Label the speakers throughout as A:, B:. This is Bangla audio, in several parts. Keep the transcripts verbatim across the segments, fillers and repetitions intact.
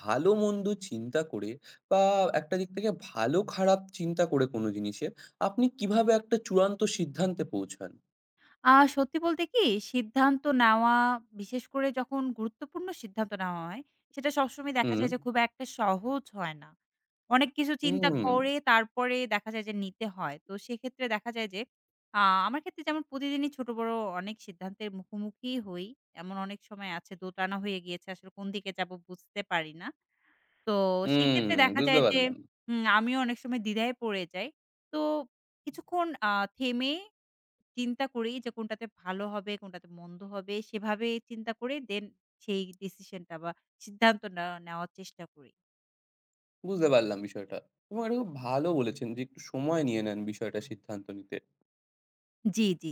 A: ভালো মন্দ চিন্তা করে বা একটা দিক থেকে ভালো খারাপ চিন্তা করে কোনো জিনিসের আপনি কিভাবে একটা চূড়ান্ত সিদ্ধান্তে পৌঁছান?
B: আ সত্যি বলতে কি সিদ্ধান্ত নেওয়া, বিশেষ করে যখন গুরুত্বপূর্ণ সিদ্ধান্ত নেওয়া হয়, সেটা সবসময় দেখা
A: হুম,
B: যায় যে খুব একটা সহজ হয় না। অনেক কিছু চিন্তা
A: হুম,
B: করে তারপরে দেখা যায় যে নিতে হয়। তো সেক্ষেত্রে দেখা যায় যে আ আমার ক্ষেত্রে যেমন প্রতিদিনই ছোট বড় অনেক সিদ্ধান্তের মুখোমুখি হই। এমন অনেক সময় আছে দোটানা হয়ে গিয়েছে। আসলে কোন দিকে যাব বুঝতে পারি না। তো
A: হুম,
B: সেক্ষেত্রে দেখা
A: বুঝতে
B: যায় যে
A: পারলাম।
B: হুম, আমিও অনেক সময় দ্বিধায় পড়ে যাই। তো কিছুক্ষণ আ থেমে চিন্তা করি যে কোনটাতে ভালো হবে, কোনটাতে মন্দ হবে সেভাবে চিন্তা করে দেন সেই ডিসিশনটা বা সিদ্ধান্ত নেওয়া নেওয়ার চেষ্টা করি।
A: বুঝতে পারলাম বিষয়টা। এবং এটা খুব ভালো বলেছেন যে একটু সময় নিয়ে নেন বিষয়টা সিদ্ধান্ত নিতে।
B: জি, জি।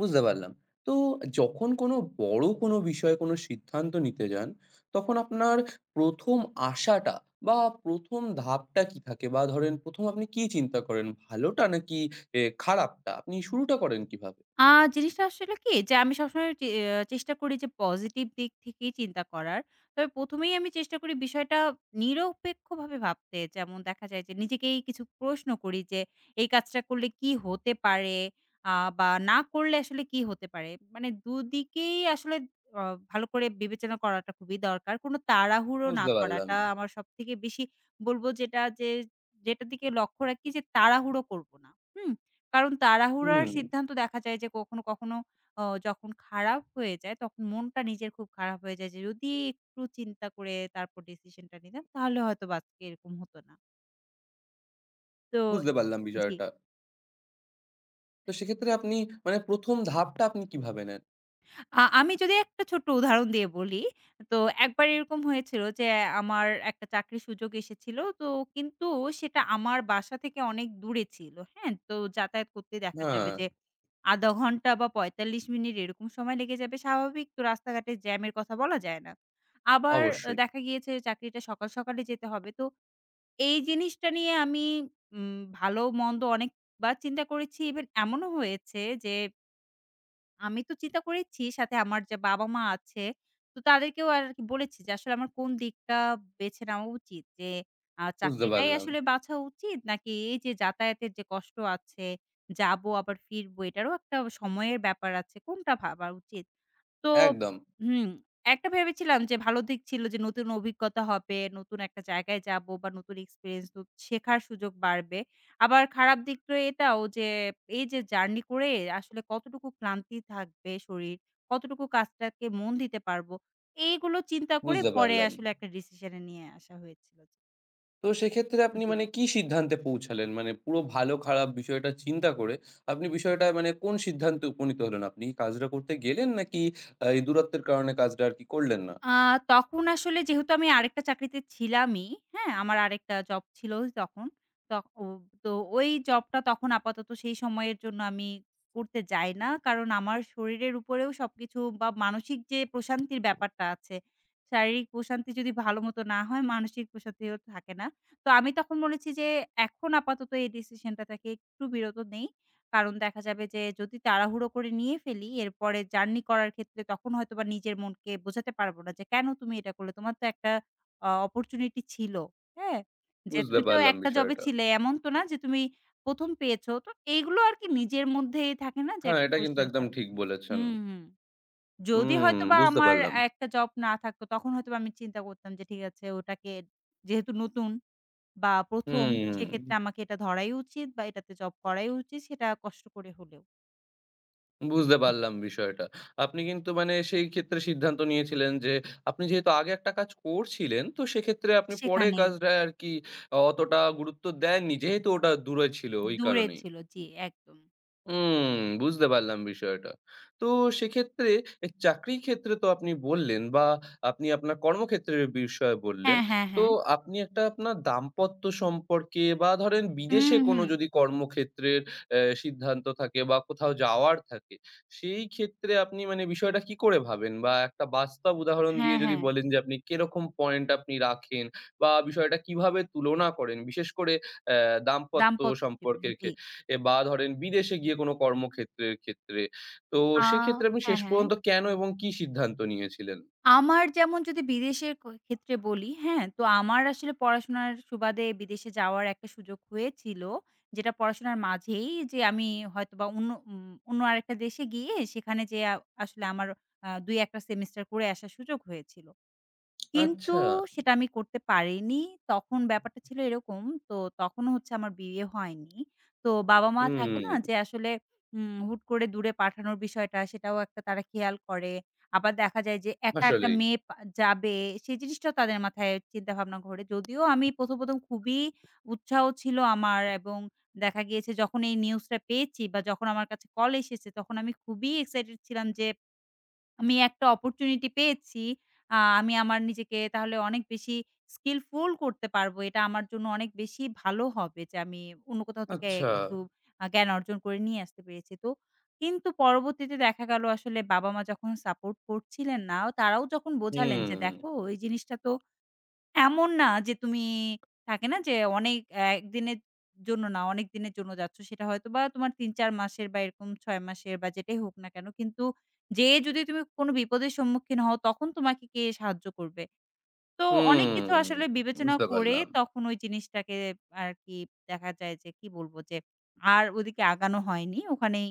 A: বুঝতে পারলাম। তো যখন কোনো বড় কোনো বিষয়ে কোনো সিদ্ধান্ত নিতে যান, তখন আপনার প্রথম আশাটা বা প্রথম ধাপটা কি থাকে? বা ধরেন প্রথম আপনি কি চিন্তা করেন? ভালোটা নাকি এ খারাপটা? আপনি শুরুটা করেন কিভাবে?
B: আ জিনিসটা আসলে কি যে আমি সবসময় চে আ চেষ্টা করি যে পজিটিভ দিক থেকেই চিন্তা করার। তবে প্রথম এই আমি চেষ্টা করি বিষয়টা নিরপেক্ষভাবে ভাবতে। যেমন দেখা যায় যে নিজেকেই কিছু প্রশ্ন করি যে, "এই কাজটা করলে কি হতে পারে? আ বা না করলে আসলে কি হতে পারে?" মানে দুদিকেই আসলে অ ভালো করে বিবেচনা করাটা খুবই দরকার। কোনো তাড়াহুড়ো না
A: বুঝতে পারলাম।
B: করাটা আমার সবথেকে বেশি বলব যেটা যে যেটার দিকে লক্ষ্য রাখি যে তাড়াহুড়ো করব না। হুম? কারণ তাড়াহুড়ার
A: হুম,
B: সিদ্ধান্ত দেখা যায় যে কখনো, কখনো অ যখন খারাপ হয়ে যায় তখন মনটা নিজের খুব খারাপ হয়ে যায় যে যদি একটু চিন্তা করে তারপর ডিসিশনটা নিতাম তাহলে হয়তো বা আজকে এরকম হতো না। তো
A: বুঝতে পারলাম
B: জি।
A: বিষয়টা। তো সেক্ষেত্রে আপনি মানে প্রথম ধাপটা আপনি কিভাবে নেন?
B: আ আমি যদি একটা ছোট্ট উদাহরণ দিয়ে বলি, তো একবার এরকম হয়েছিল যে আমার একটা চাকরির সুযোগ এসেছিল। তো কিন্তু সেটা আমার বাসা থেকে অনেক দূরে ছিল। হ্যাঁ? তো যাতায়াত করতে দেখা যাবে
A: হ্যাঁ,
B: যে শূন্য দশমিক পাঁচ ঘন্টা বা পঁয়তাল্লিশ মিনিট এরকম সময় লেগে যাবে স্বাভাবিক। তো রাস্তাঘাটে জ্যামের কথা বলা যায় না। আবার আ
A: অবশ্যই।
B: দেখা গিয়েছে চাকরিটা সকাল, সকালে যেতে হবে। তো এই জিনিসটা নিয়ে আমি উম ভালো-মন্দ অনেকবার চিন্তা করেছি। ইভেন এমনও হয়েছে যে আমি তো চিন্তা করেছি সাথে আমার যে বাবা-মা আছে, তো তাদেরকেও আরকি বলেছি যে আসলে আমার কোন দিকটা বেছে নেওয়া উচিত। যে আ
A: বুঝতে
B: চাকরিটাই
A: পারলাম।
B: আসলে বাছা উচিত নাকি এই যে যাতায়াতের যে কষ্ট আছে, যাবো আবার ফিরবো এটারও একটা সময়ের ব্যাপার আছে। কোনটা ভাবা উচিত? তো
A: একদম,
B: হুম, একটা ভেবেছিলাম যে ভালো দিক ছিল যে নতুন অভিজ্ঞতা হবে, নতুন একটা জায়গায় যাবো বা নতুন এক্সপেরিয়েন্স নত শেখার সুযোগ বাড়বে। আবার খারাপ দিক তো এটাও যে এই যে জার্নি করে আসলে কতটুকু ক্লান্তি থাকবে শরীর, কতটুকু কাজটাকে মন দিতে পারবো। এইগুলো চিন্তা করে
A: বুঝতে
B: পরে
A: পারলাম।
B: আসলে একটা ডিসিশন এ নিয়ে আসা হয়েছিল।
A: তো সেক্ষেত্রে আপনি
B: জি।
A: মানে কি সিদ্ধান্তে পৌঁছালেন? মানে পুরো ভালো খারাপ বিষয়টা চিন্তা করে আপনি বিষয়টা মানে কোন সিদ্ধান্তে উপনীত হলেন? আপনি কি কাজটা করতে গেলেন নাকি আ এই দূরত্বের কারণে কাজটা আর কি করলেন না?
B: আ তখন আসলে যেহেতু আমি আরেকটা চাকরিতে ছিলামই, হ্যাঁ? আমার আরেকটা জব ছিল তখন। তখ ও তো ওই জবটা তখন আপাতত সেই সময়ের জন্য আমি করতে যাই না। কারণ আমার শরীরের উপরেও সবকিছু বা মানসিক যে প্রশান্তির ব্যাপারটা আছে, শারীরিক প্রশান্তি যদি ভালো মতো না হয় মানসিক প্রশান্তিও থাকে না। তো আমি তখন বলেছি যে এখন আপাতত এই ডিসিশনটা থেকে একটু বিরত নেই। কারণ দেখা যাবে যে যদি তাড়াহুড়ো করে নিয়ে ফেলি এরপরে জার্নি করার ক্ষেত্রে তখন হয়তোবা নিজের মনকে বোঝাতে পারবো না যে, "কেন তুমি এটা করলে? তোমার তো একটা আ অপরচুনিটি ছিল।" হ্যাঁ? যে
A: বুঝতে
B: তুমি তো
A: পারলাম
B: একটা জবে
A: বিষয়টা।
B: ছিলে। এমন তো না যে তুমি প্রথম পেয়েছো। তো এইগুলো আরকি নিজের মধ্যেই থাকে না যে
A: হ্যাঁ,
B: একটা
A: এটা কিন্তু
B: কোয়েশ্চেন
A: একদম
B: করা।
A: ঠিক বলেছেন।
B: হুম, হুম। যদি
A: হুম,
B: হয়তোবা
A: বুঝতে
B: আমার
A: পারলাম।
B: একটা জব না থাকতো তখন হয়তোবা আমি চিন্তা করতাম যে ঠিক আছে ওটাকে যেহেতু নতুন বা প্রথম
A: হুম,
B: সেক্ষেত্রে আমাকে এটা ধরাই উচিত বা এটাতে জব করাই উচিত সেটা কষ্ট করে হলেও।
A: বুঝতে
B: এই তো
A: পারলাম বিষয়টা। আপনি কিন্তু মানে সেই ক্ষেত্রে সিদ্ধান্ত নিয়েছিলেন যে আপনি যেহেতু আগে একটা কাজ করছিলেন তো সেক্ষেত্রে আপনি পরে
B: সেখানেই
A: কাজটায় আর কি অতটা গুরুত্ব দেননি যেহেতু ওটা দূরে ছিল ওই
B: দূরে
A: কারণেই।
B: ছিল। জি, একদম।
A: হুম, বুঝতে পারলাম বিষয়টা। তো সেক্ষেত্রে এ চাকরির ক্ষেত্রে তো আপনি বললেন বা আপনি আপনার কর্মক্ষেত্রের বিষয়ে বললেন।
B: হ্যাঁ, হ্যাঁ,
A: তো
B: হ্যাঁ।
A: আপনি একটা আপনার দাম্পত্য সম্পর্কে বা ধরেন
B: হুম,
A: বিদেশে কোনো
B: হুম।
A: যদি কর্মক্ষেত্রের অ্যা সিদ্ধান্ত থাকে বা কোথাও যাওয়ার থাকে, সেই ক্ষেত্রে আপনি মানে বিষয়টা কি করে ভাবেন? বা একটা বাস্তব উদাহরণ
B: হ্যাঁ,
A: দিয়ে যদি
B: হ্যাঁ।
A: বলেন যে আপনি কিরকম পয়েন্ট আপনি রাখেন বা বিষয়টা কিভাবে তুলনা করেন? বিশেষ করে অ্যা দাম্পত্য
B: দাম্পত্য জীবনে,
A: সম্পর্কের
B: জি।
A: ক্ষেত্রে। এ বা ধরেন বিদেশে গিয়ে কোনো কর্মক্ষেত্রের ক্ষেত্রে। তো
B: আ
A: সেক্ষেত্রে আপনি
B: হ্যাঁ,
A: শেষ
B: হ্যাঁ।
A: পর্যন্ত কেন এবং কি সিদ্ধান্ত নিয়েছিলেন?
B: আমার যেমন যদি বিদেশের ক ক্ষেত্রে বলি, হ্যাঁ? তো আমার আসলে পড়াশোনার সুবাদে বিদেশে যাওয়ার একটা সুযোগ হয়েছিল। যেটা পড়াশোনার মাঝেই যে আমি হয়তোবা অন্য উম অন্য আরেকটা দেশে গিয়ে সেখানে যেয়ে আ আসলে আমার আ দুই এক টা সেমেস্টার করে আসার সুযোগ হয়েছিল। কিন্তু
A: আচ্ছা।
B: সেটা আমি করতে পারিনি। তখন ব্যাপারটা ছিল এরকম, তো তখনও হচ্ছে আমার বিয়ে হয়নি। তো বাবা-মা থাকে না যে
A: হুম,
B: আসলে উম হুট করে দূরে পাঠানোর বিষয়টা, সেটাও একটা তারা খেয়াল করে। আবার দেখা যায় যে একা একটা
A: আসলেই।
B: মেয়ে পা যাবে, সেই জিনিসটাও তাদের মাথায় চিন্তাভাবনা ঘোরে। যদিও আমি ১ম, ১ম খুবই উৎসাহ ছিল আমার এবং দেখা গিয়েছে যখন এই নিউজটা পেয়েছি বা যখন আমার কাছে কল এসেছে, তখন আমি খুবই এক্সাইটেড ছিলাম যে আমি একটা অপরচুনিটি পেয়েছি। আ আমি আমার নিজেকে তাহলে অনেক বেশি স্কিলফুল করতে পারবো। এটা আমার জন্য অনেক বেশি ভালো হবে যে আমি অন্য কোথাও থেকে
A: আচ্ছা।
B: কিছু আ জ্ঞান অর্জন করে নিয়ে আসতে পেরেছি। তো কিন্তু পরবর্তীতে দেখা গেল আসলে বাবা-মা যখন সাপোর্ট করছিলেন না, তারাও যখন বোঝালেন
A: হুম,
B: যে, "দেখো এই জিনিসটা তো এমন না যে তুমি থাকে না যে অনেক আহ, একদিনের জন্য না অনেক দিনের জন্য যাচ্ছ সেটা হয়তোবা তোমার তিন চার মাসের বা এরকম ছয় মাসের বা যেটাই হোক না কেন। কিন্তু যেয়ে যদি তুমি কোনো বিপদের সম্মুখীন হও তখন তোমাকে কে সাহায্য করবে? তো অনেক কিছু
A: হুম,
B: আসলে বিবেচনা
A: বুঝতে
B: করে
A: পারলাম।
B: তখন ওই জিনিসটাকে আরকি দেখা যায় যে কি বলব যে আর ওদিকে আগানো হয়নি। ওখানেই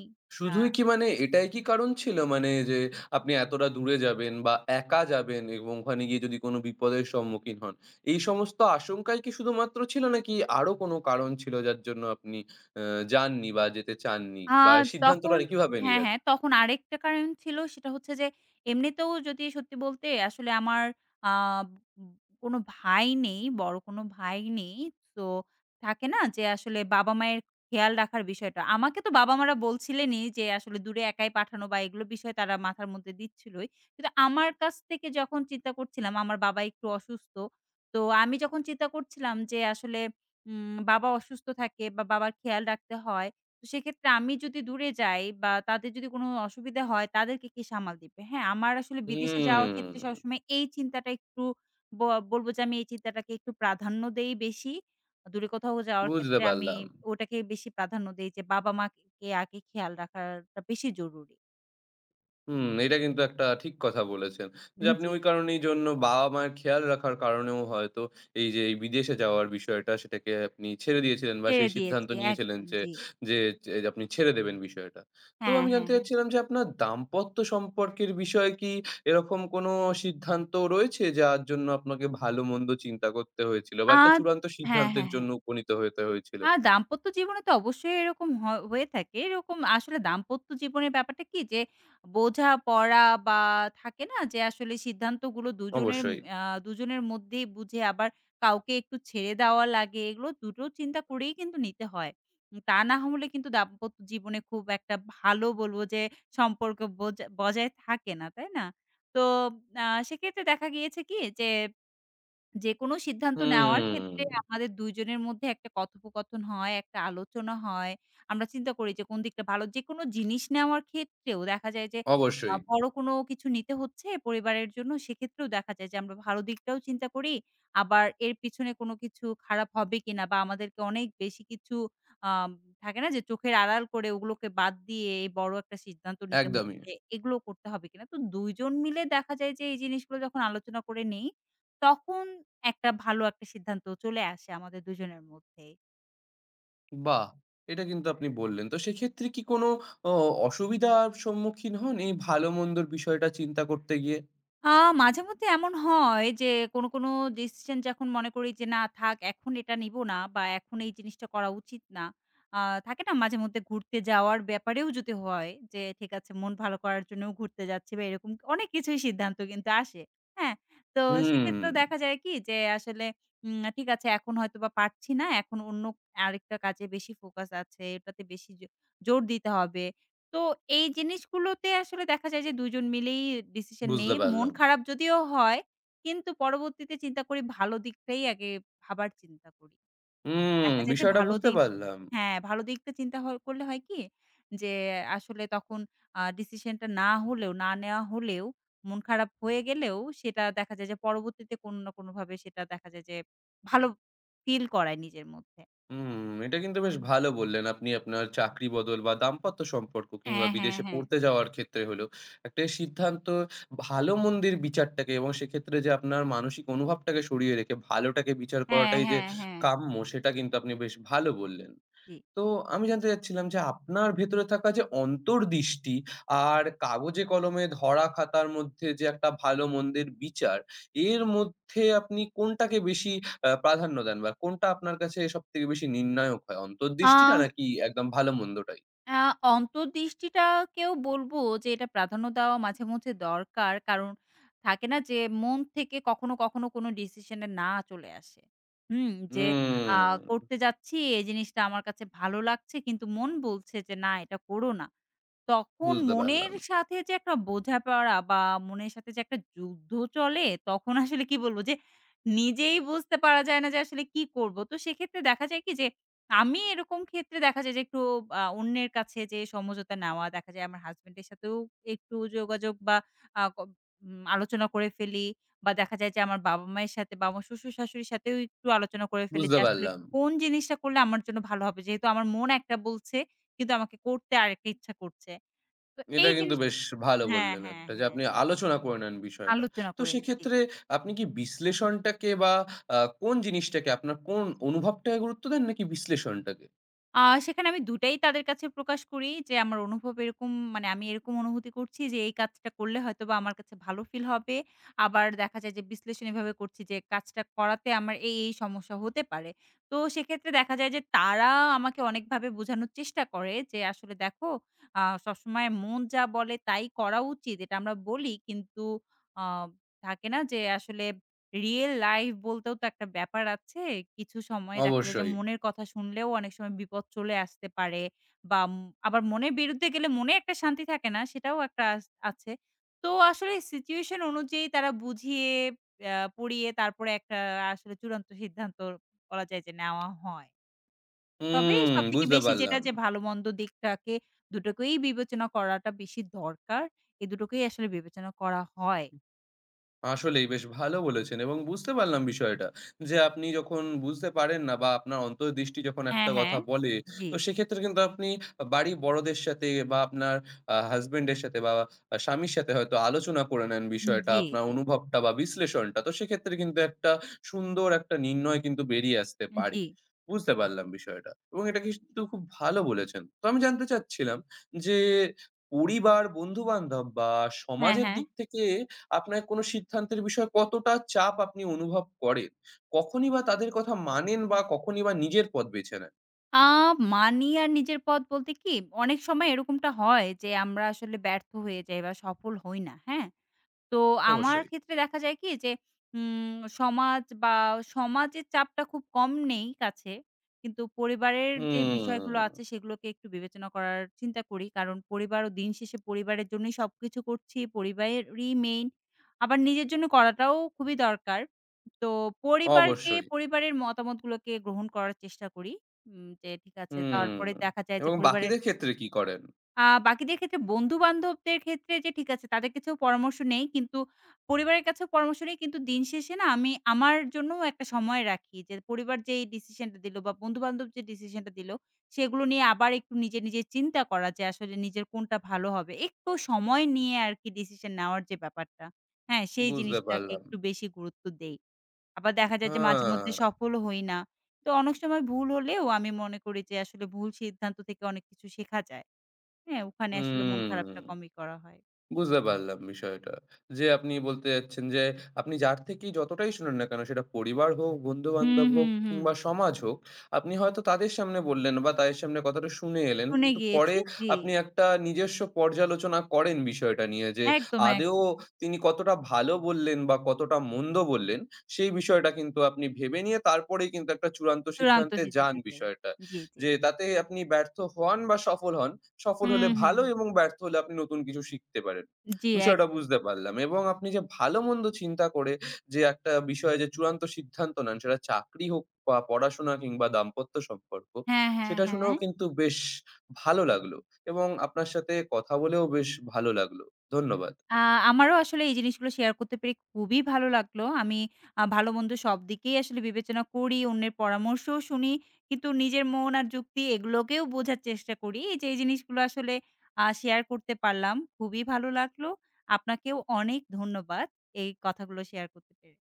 B: আ
A: শুধুই কি মানে এটাই কি কারণ ছিল? মানে যে আপনি এতটা দূরে যাবেন বা একা যাবেন এবং ওখানে গিয়ে যদি কোনো বিপদের সম্মুখীন হন, এই সমস্ত আশঙ্কাই কি শুধুমাত্র ছিল নাকি আরো কোনো কারণ ছিল যার জন্য আপনি অ্যা যাননি বা যেতে চাননি
B: আ
A: বা সিদ্ধান্তটা
B: তখন
A: আর কিভাবে
B: হ্যাঁ,
A: নিলেন?
B: হ্যাঁ, তখন আরেকটা কারণ ছিল সেটা হচ্ছে যে এমনিতেও যদি সত্যি বলতে আসলে আমার আ কোনো ভাই নেই, বড় কোনো ভাই নেই। তো থাকে না যে আসলে বাবা-মায়ের খেয়াল রাখার বিষয়টা। আমাকে তো বাবা-মারা বলছিলেনই যে আসলে দূরে একাই পাঠানো বা এগুলো বিষয় তারা মাথার মধ্যে দিচ্ছিলই। কিন্তু আমার কাছ থেকে যখন চিন্তা করছিলাম আমার বাবা একটু অসুস্থ। তো আমি যখন চিন্তা করছিলাম যে আসলে উম বাবা অসুস্থ থাকে বা বাবার খেয়াল রাখতে হয়। তো সেক্ষেত্রে আমি যদি দূরে যাই বা তাদের যদি কোনো অসুবিধা হয় তাদেরকে কে সামাল দিবে? হ্যাঁ, আমার আসলে বিদেশে যাওয়ার ক্ষেত্রে
A: হুম,
B: সবসময় এই চিন্তাটা একটু ব বলব যে আমি এই চিন্তাটাকে একটু প্রাধান্য দেই বেশি। দূরে কোথাও যাওয়ার
A: বুঝতে
B: ক্ষেত্রে আমি
A: পারলাম।
B: ওটাকে বেশি প্রাধান্য দেই যে বাবা-মা কে আগে খেয়াল রাখাটা বেশি জরুরি।
A: হুম, এটা কিন্তু একটা ঠিক কথা বলেছেন। যে
B: উম
A: আপনি
B: জি,
A: ওই কারণেই জন্য বাবা-মায়ের খেয়াল রাখার কারণেও হয়তো এই যে এই বিদেশে যাওয়ার বিষয়টা সেটাকে আপনি ছেড়ে দিয়েছিলেন বা
B: ছেড়ে
A: সেই সিদ্ধান্ত
B: দিয়েছি
A: নিয়েছিলেন
B: একদম
A: যে
B: জি।
A: যে যে আপনি ছেড়ে দেবেন বিষয়টা। তো
B: হ্যাঁ,
A: আমি
B: হ্যাঁ,
A: জানতে
B: হ্যাঁ।
A: চাচ্ছিলাম যে আপনার দাম্পত্য সম্পর্কের বিষয়ে কি এরকম কোনো সিদ্ধান্ত রয়েছে যার জন্য আপনাকে ভালো-মন্দ চিন্তা করতে হয়েছিল বা
B: আ
A: একটা চূড়ান্ত
B: হ্যাঁ,
A: সিদ্ধান্তের
B: হ্যাঁ, হ্যাঁ।
A: জন্য উপনীত হতে হয়েছিল?
B: আ দাম্পত্য জীবনে তো অবশ্যই এরকম হ হয়ে থাকে। এরকম আসলে দাম্পত্য জীবনের ব্যাপারটা কি যে বোঝাপড়া বা থাকে না যে আসলে সিদ্ধান্তগুলো দুজনের
A: অবশ্যই।
B: আ দুজনের মধ্যেই বুঝে আবার কাউকে একটু ছেড়ে দেওয়া লাগে। এগুলো দুটো চিন্তা করেই কিন্তু নিতে হয়। উম তা না হলে কিন্তু দাম্পত্য জীবনে খুব একটা ভালো বলব যে সম্পর্ক বোজা বজায় থাকে না। তাই না? তো আ সেক্ষেত্রে দেখা গিয়েছে কি যে যেকোনো সিদ্ধান্ত নেওয়ার ক্ষেত্রে
A: হুম,
B: আমাদের দুই জনের মধ্যে একটা কথোপকথন হয়, একটা আলোচনা হয়। আমরা চিন্তা করি যে কোন দিকটা ভালো। যেকোনো জিনিস নেওয়ার ক্ষেত্রেও দেখা যায় যে আ
A: অবশ্যই।
B: বড় কোনো কিছু নিতে হচ্ছে পরিবারের জন্য, সেক্ষেত্রেও দেখা যায় যে আমরা ভালো দিকটাও চিন্তা করি। আবার এর পিছনে কোনো কিছু খারাপ হবে কিনা বা আমাদেরকে অনেক বেশি কিছু আম থাকে না যে চোখের আড়াল করে ওগুলোকে বাদ দিয়ে বড় একটা সিদ্ধান্ত নিতে
A: একদমই।
B: হচ্ছে, এগুলো করতে হবে কিনা। তো দুই জন মিলে দেখা যায় যে এই জিনিসগুলো যখন আলোচনা করে নেই, তখন একটা ভালো একটা সিদ্ধান্ত চলে আসে আমাদের দুজনের মধ্যেই।
A: বাহ! এটা কিন্তু আপনি বললেন। তো সেক্ষেত্রে কি কোনো অ অসুবিধার সম্মুখীন হন এই ভালো-মন্দর বিষয়টা চিন্তা করতে গিয়ে?
B: আ মাঝেমধ্যে এমন হয় যে কোনো, কোনো ডিসিশন যখন মনে করি যে না থাক এখন এটা নিব না বা এখন এই জিনিসটা করা উচিত না। আ থাকে না মাঝেমধ্যে ঘুরতে যাওয়ার ব্যাপারেও যদি হয় যে ঠিক আছে মন ভালো করার জন্যও ঘুরতে যাচ্ছি বা এরকম অনেক কিছুই সিদ্ধান্ত কিন্তু আসে। হ্যাঁ? তো
A: হুম,
B: সেক্ষেত্রেও দেখা যায় কি যে আসলে উম ঠিক আছে এখন হয়তোবা পারছি না। এখন অন্য আরেকটা কাজে বেশি ফোকাস আছে। এটাতে বেশি জো জোর দিতে হবে। তো এই জিনিসগুলোতে আসলে দেখা যায় যে দুই জন মিলেই ডিসিশন নেই।
A: বুঝতে
B: মন
A: পারলাম।
B: খারাপ যদিও হয়, কিন্তু পরবর্তীতে চিন্তা করি ভালো দিকটাই আগে ভাবার চিন্তা করি।
A: হুম,
B: দেখা যায় যে
A: বিষয়টা
B: ভালো
A: বুঝতে
B: দিক
A: পারলাম।
B: হ্যাঁ, ভালো দিকটা চিন্তা হ করলে হয় কি? যে আসলে তখন আ ডিসিশনটা না হলেও, না নেওয়া হলেও, মন খারাপ হয়ে গেলেও সেটা দেখা যায় যে পরবর্তীতে কোনো না কোনোভাবে সেটা দেখা যায় যে ভালো ফিল করায় নিজের মধ্যে।
A: হুম, এটা কিন্তু বেশ ভালো বললেন আপনি আপনার চাকরি বদল বা দাম্পত্য সম্পর্ক কিংবা
B: হ্যাঁ, হ্যাঁ,
A: বিদেশে
B: হ্যাঁ।
A: পড়তে যাওয়ার ক্ষেত্রে হলেও একটা সিদ্ধান্ত ভালো-মন্দের বিচারটাকে এবং সেক্ষেত্রে যে আপনার মানসিক অনুভবটাকে সরিয়ে রেখে ভালোটাকে বিচার
B: হ্যাঁ,
A: করাটাই যে
B: হ্যাঁ, হ্যাঁ।
A: কাম্য সেটা কিন্তু আপনি বেশ ভালো বললেন।
B: জি।
A: তো আমি জানতে চাচ্ছিলাম যে আপনার ভেতরে থাকা যে অন্তর্দৃষ্টি আর কাগজে কলমে ধরা খাতার মধ্যে যে একটা ভালো মন্দের বিচার, এর মধ্যে আপনি কোনটাকে বেশি আ প্রাধান্য দেন বা কোনটা আপনার কাছে সবথেকে বেশি নির্ণায়ক হয়?
B: আ
A: অন্তর্দৃষ্টিটা নাকি একদম ভালো মন্দটাই?
B: আ অন্তর্দৃষ্টিটাকেও বলব যে এটা প্রাধান্য দেওয়া মাঝে মধ্যে দরকার। কারণ থাকে না যে মন থেকে কখনো, কখনো কোনো ডিসিশনে না চলে আসে। হুম? যে আ
A: হুম
B: করতে যাচ্ছি এই জিনিসটা আমার কাছে ভালো লাগছে কিন্তু মন বলছে যে না এটা করো না। তখন
A: বুঝতে
B: মনের
A: পারলাম,
B: সাথে যে একটা বোঝাপড়া বা মনের সাথে যে একটা যুদ্ধ চলে তখন আসলে কি বলব যে নিজেই বুঝতে পারা যায় না যে আসলে কি করব। তো সেক্ষেত্রে দেখা যায় কি যে আমি এরকম ক্ষেত্রে দেখা যায় যে একটু আ অন্যের কাছে যে সমঝোতা নেওয়া, দেখা যায় আমার হাসব্যান্ডের সাথেও একটু যোগাযোগ বা আ ক উম আলোচনা করে ফেলি বা দেখা যায় যে আমার বাবা-মায়ের সাথে বা আমার শ্বশুর-শাশুড়ির সাথেও একটু আলোচনা করে ফেলি যে
A: বুঝতে
B: আসলে
A: পারলাম।
B: কোন জিনিসটা করলে আমার জন্য ভালো হবে। যেহেতু আমার মন একটা বলছে কিন্তু আমাকে করতে আরেকটা ইচ্ছা করছে। তো
A: এটা
B: এই
A: কিন্তু
B: জিনিস
A: বেশ ভালো
B: হ্যাঁ,
A: বললেন
B: হ্যাঁ,
A: একটা যে
B: হ্যাঁ।
A: আপনি আলোচনা করে নেন বিষয়টা।
B: আলোচনা
A: তো
B: করে নিই। জি।
A: সেক্ষেত্রে আপনি কি বিশ্লেষণটাকে বা আ কোন জিনিসটাকে আপনার কোন অনুভবটাকে গুরুত্ব দেন নাকি বিশ্লেষণটাকে?
B: আ সেখানে আমি দুটাই তাদের কাছে প্রকাশ করি যে, আমার অনুভব এরকম মানে আমি এরকম অনুভূতি করছি যে, এই কাজটা করলে হয়তোবা আমার কাছে ভালো ফিল হবে। আবার দেখা যায় যে, বিশ্লেষণ এভাবে করছি যে, কাজটা করাতে আমার এই, এই সমস্যা হতে পারে। তো সেক্ষেত্রে দেখা যায় যে, তারা আমাকে অনেকভাবে বোঝানোর চেষ্টা করে যে, আসলে দেখো আ সবসময় মন যা বলে তাই করা উচিত। এটা আমরা বলি কিন্তু আ থাকে না যে, আসলে রিয়েল লাইফ বলতেও তো একটা ব্যাপার আছে। কিছু সময় দেখা যায় যে
A: অবশ্যই।
B: মনের কথা শুনলেও অনেক সময় বিপদ চলে আসতে পারে বা উম আবার মনের বিরুদ্ধে গেলে মনে একটা শান্তি থাকে না, সেটাও একটা আস আছে। তো আসলে সিচুয়েশন অনুযায়ী তারা বুঝিয়ে আ পড়িয়ে তারপরে একটা আসলে চূড়ান্ত সিদ্ধান্ত বলা যায় যে নেওয়া হয়। তবে
A: হুম
B: সবথেকে
A: বুঝতে
B: বেশি যেটা
A: পারলাম।
B: যে ভালো-মন্দ দিকটাকে দুটোকেই বিবেচনা করাটা বেশি দরকার। এই দুটোকেই আসলে বিবেচনা করা হয়।
A: আসলেই বেশ ভালো বলেছেন এবং বুঝতে পারলাম বিষয়টা। যে আপনি যখন বুঝতে পারেন না বা আপনার অন্তর্দৃষ্টি যখন
B: হ্যাঁ,
A: একটা
B: হ্যাঁ।
A: কথা বলে,
B: জি,
A: তো সেক্ষেত্রে কিন্তু আপনি আ বাড়ির বড়দের সাথে বা আপনার আ হাসব্যান্ডের সাথে বা আ স্বামীর সাথে হয়তো আলোচনা করে নেন বিষয়টা,
B: জি,
A: আপনার
B: জি।
A: অনুভবটা বা বিশ্লেষণটা। তো সেক্ষেত্রে কিন্তু একটা সুন্দর একটা নির্ণয় কিন্তু বেরিয়ে আসতে পারে।
B: জি।
A: বুঝতে পারলাম বিষয়টা এবং এটা কিন্তু খুব ভালো বলেছেন। তো আমি জানতে চাচ্ছিলাম যে পরিবার, বন্ধু-বান্ধব বা
B: হ্যাঁ,
A: সমাজের
B: হ্যাঁ।
A: দিক থেকে আপনার কোনো সিদ্ধান্তের বিষয়ে কতটা চাপ আপনি অনুভব করেন? কখনই বা তাদের কথা মানেন বা কখনই বা নিজের পথ বেছে নেন?
B: আ মানি আর নিজের পথ বলতে কি, অনেক সময় এরকমটা হয় যে আমরা আসলে ব্যর্থ হয়ে যাই বা সফল হই না। হ্যাঁ? তো আমার
A: অবশ্যই।
B: ক্ষেত্রে দেখা যায় কি যে উম সমাজ বা সমাজের চাপটা খুব কম নেই কাছে। কিন্তু পরিবারের যে
A: হুম,
B: বিষয়গুলো আছে সেগুলোকে একটু বিবেচনা করার চিন্তা করি। কারণ পরিবারও দিন শেষে পরিবারের জন্যই সবকিছু করছি। পরিবারেরই মেইন। আবার নিজের জন্য করাটাও খুবই দরকার। তো পরিবারকে
A: অবশ্যই।
B: পরিবারের মতামতগুলোকে গ্রহণ করার চেষ্টা করি। উম যে ঠিক আছে
A: হুম
B: তারপরে দেখা যায় যে
A: এবং
B: পরিবারের
A: বাকিদের ক্ষেত্রে কি করেন?
B: আ বাকিদের ক্ষেত্রে বন্ধু-বান্ধবদের ক্ষেত্রে যে ঠিক আছে তাদের কাছেও পরামর্শ নেই। কিন্তু পরিবারের কাছেও পরামর্শ নেই। কিন্তু দিন শেষে না আমি আমার জন্যও একটা সময় রাখি। যে পরিবার যেই ডিসিশনটা দিল বা বন্ধু-বান্ধব যে ডিসিশনটা দিল, সেগুলো নিয়ে আবার একটু নিজে, নিজে চিন্তা করা যে আসলে নিজের কোনটা ভালো হবে। একটু সময় নিয়ে আরকি ডিসিশন নেওয়ার যে ব্যাপারটা, হ্যাঁ? সেই
A: বুঝতে
B: জিনিসটাকে
A: পারলাম।
B: একটু বেশি গুরুত্ব দেই। আবার দেখা যায় যে মাঝে মধ্যে
A: হ্যাঁ,
B: সফলও হই না। তো অনেক সময় ভুল হলেও আমি মনে করি যে আসলে ভুল সিদ্ধান্ত থেকে অনেক কিছু শেখা যায়। হ্যাঁ, ওখানে আসলে মন খারাপটা
A: হুম।
B: কমই করা হয়।
A: বুঝতে পারলাম বিষয়টা। যে আপনি বলতে চাচ্ছেন যে আপনি যার থেকেই যতটাই শুনুন না কেন সেটা পরিবার হোক,
B: হুম,
A: বন্ধু-বান্ধব হোক
B: হুম, হুম।
A: কিংবা সমাজ হোক, আপনি হয়তো তাদের সামনে বললেন বা তাদের সামনে কথাটা শুনে এলেন।
B: শুনে
A: কিন্তু
B: গিয়েছি।
A: পরে
B: জি।
A: আপনি একটা নিজস্ব পর্যালোচনা করেন বিষয়টা নিয়ে যে
B: একদম,
A: আদৌ
B: একদম।
A: তিনি কতটা ভালো বললেন বা কতটা মন্দ বললেন, সেই বিষয়টা কিন্তু আপনি ভেবে নিয়ে তারপরেই কিন্তু একটা চূড়ান্ত
B: চূড়ান্ত
A: সিদ্ধান্তে যান
B: সিদ্ধান্তে যাই।
A: বিষয়টা।
B: জি, জি।
A: যে তাতে আপনি ব্যর্থ হন বা সফল হন, সফল
B: হুম,
A: হলে
B: হুম,
A: ভালো এবং
B: হুম।
A: ব্যর্থ হলে আপনি নতুন কিছু শিখতে পারেন।
B: জি,
A: বিষয়টা
B: একদম।
A: বুঝতে পারলাম এবং আপনি যে ভালো-মন্দ চিন্তা করে যে একটা বিষয়ে যে চূড়ান্ত সিদ্ধান্ত নেন সেটা চাকরি হোক বা পড়াশোনা কিংবা দাম্পত্য সম্পর্ক,
B: হ্যাঁ, হ্যাঁ,
A: সেটা
B: হ্যাঁ।
A: শুনেও কিন্তু বেশ ভালো লাগলো এবং আপনার সাথে কথা বলেও বেশ ভালো লাগলো। ধন্যবাদ।
B: আ আমারও আসলে এই জিনিসগুলো শেয়ার করতে পেরে খুবই ভালো লাগলো। আমি আ ভালো-মন্দ সব দিকেই আসলে বিবেচনা করি, অন্যের পরামর্শও শুনি। কিন্তু নিজের মন আর যুক্তি এগুলোকেও বোঝার চেষ্টা করি। এই যে এই জিনিসগুলো আসলে আ শেয়ার করতে পারলাম। খুবই ভালো লাগলো। আপনাকেও অনেক ধন্যবাদ এই কথাগুলো শেয়ার করতে পেরে।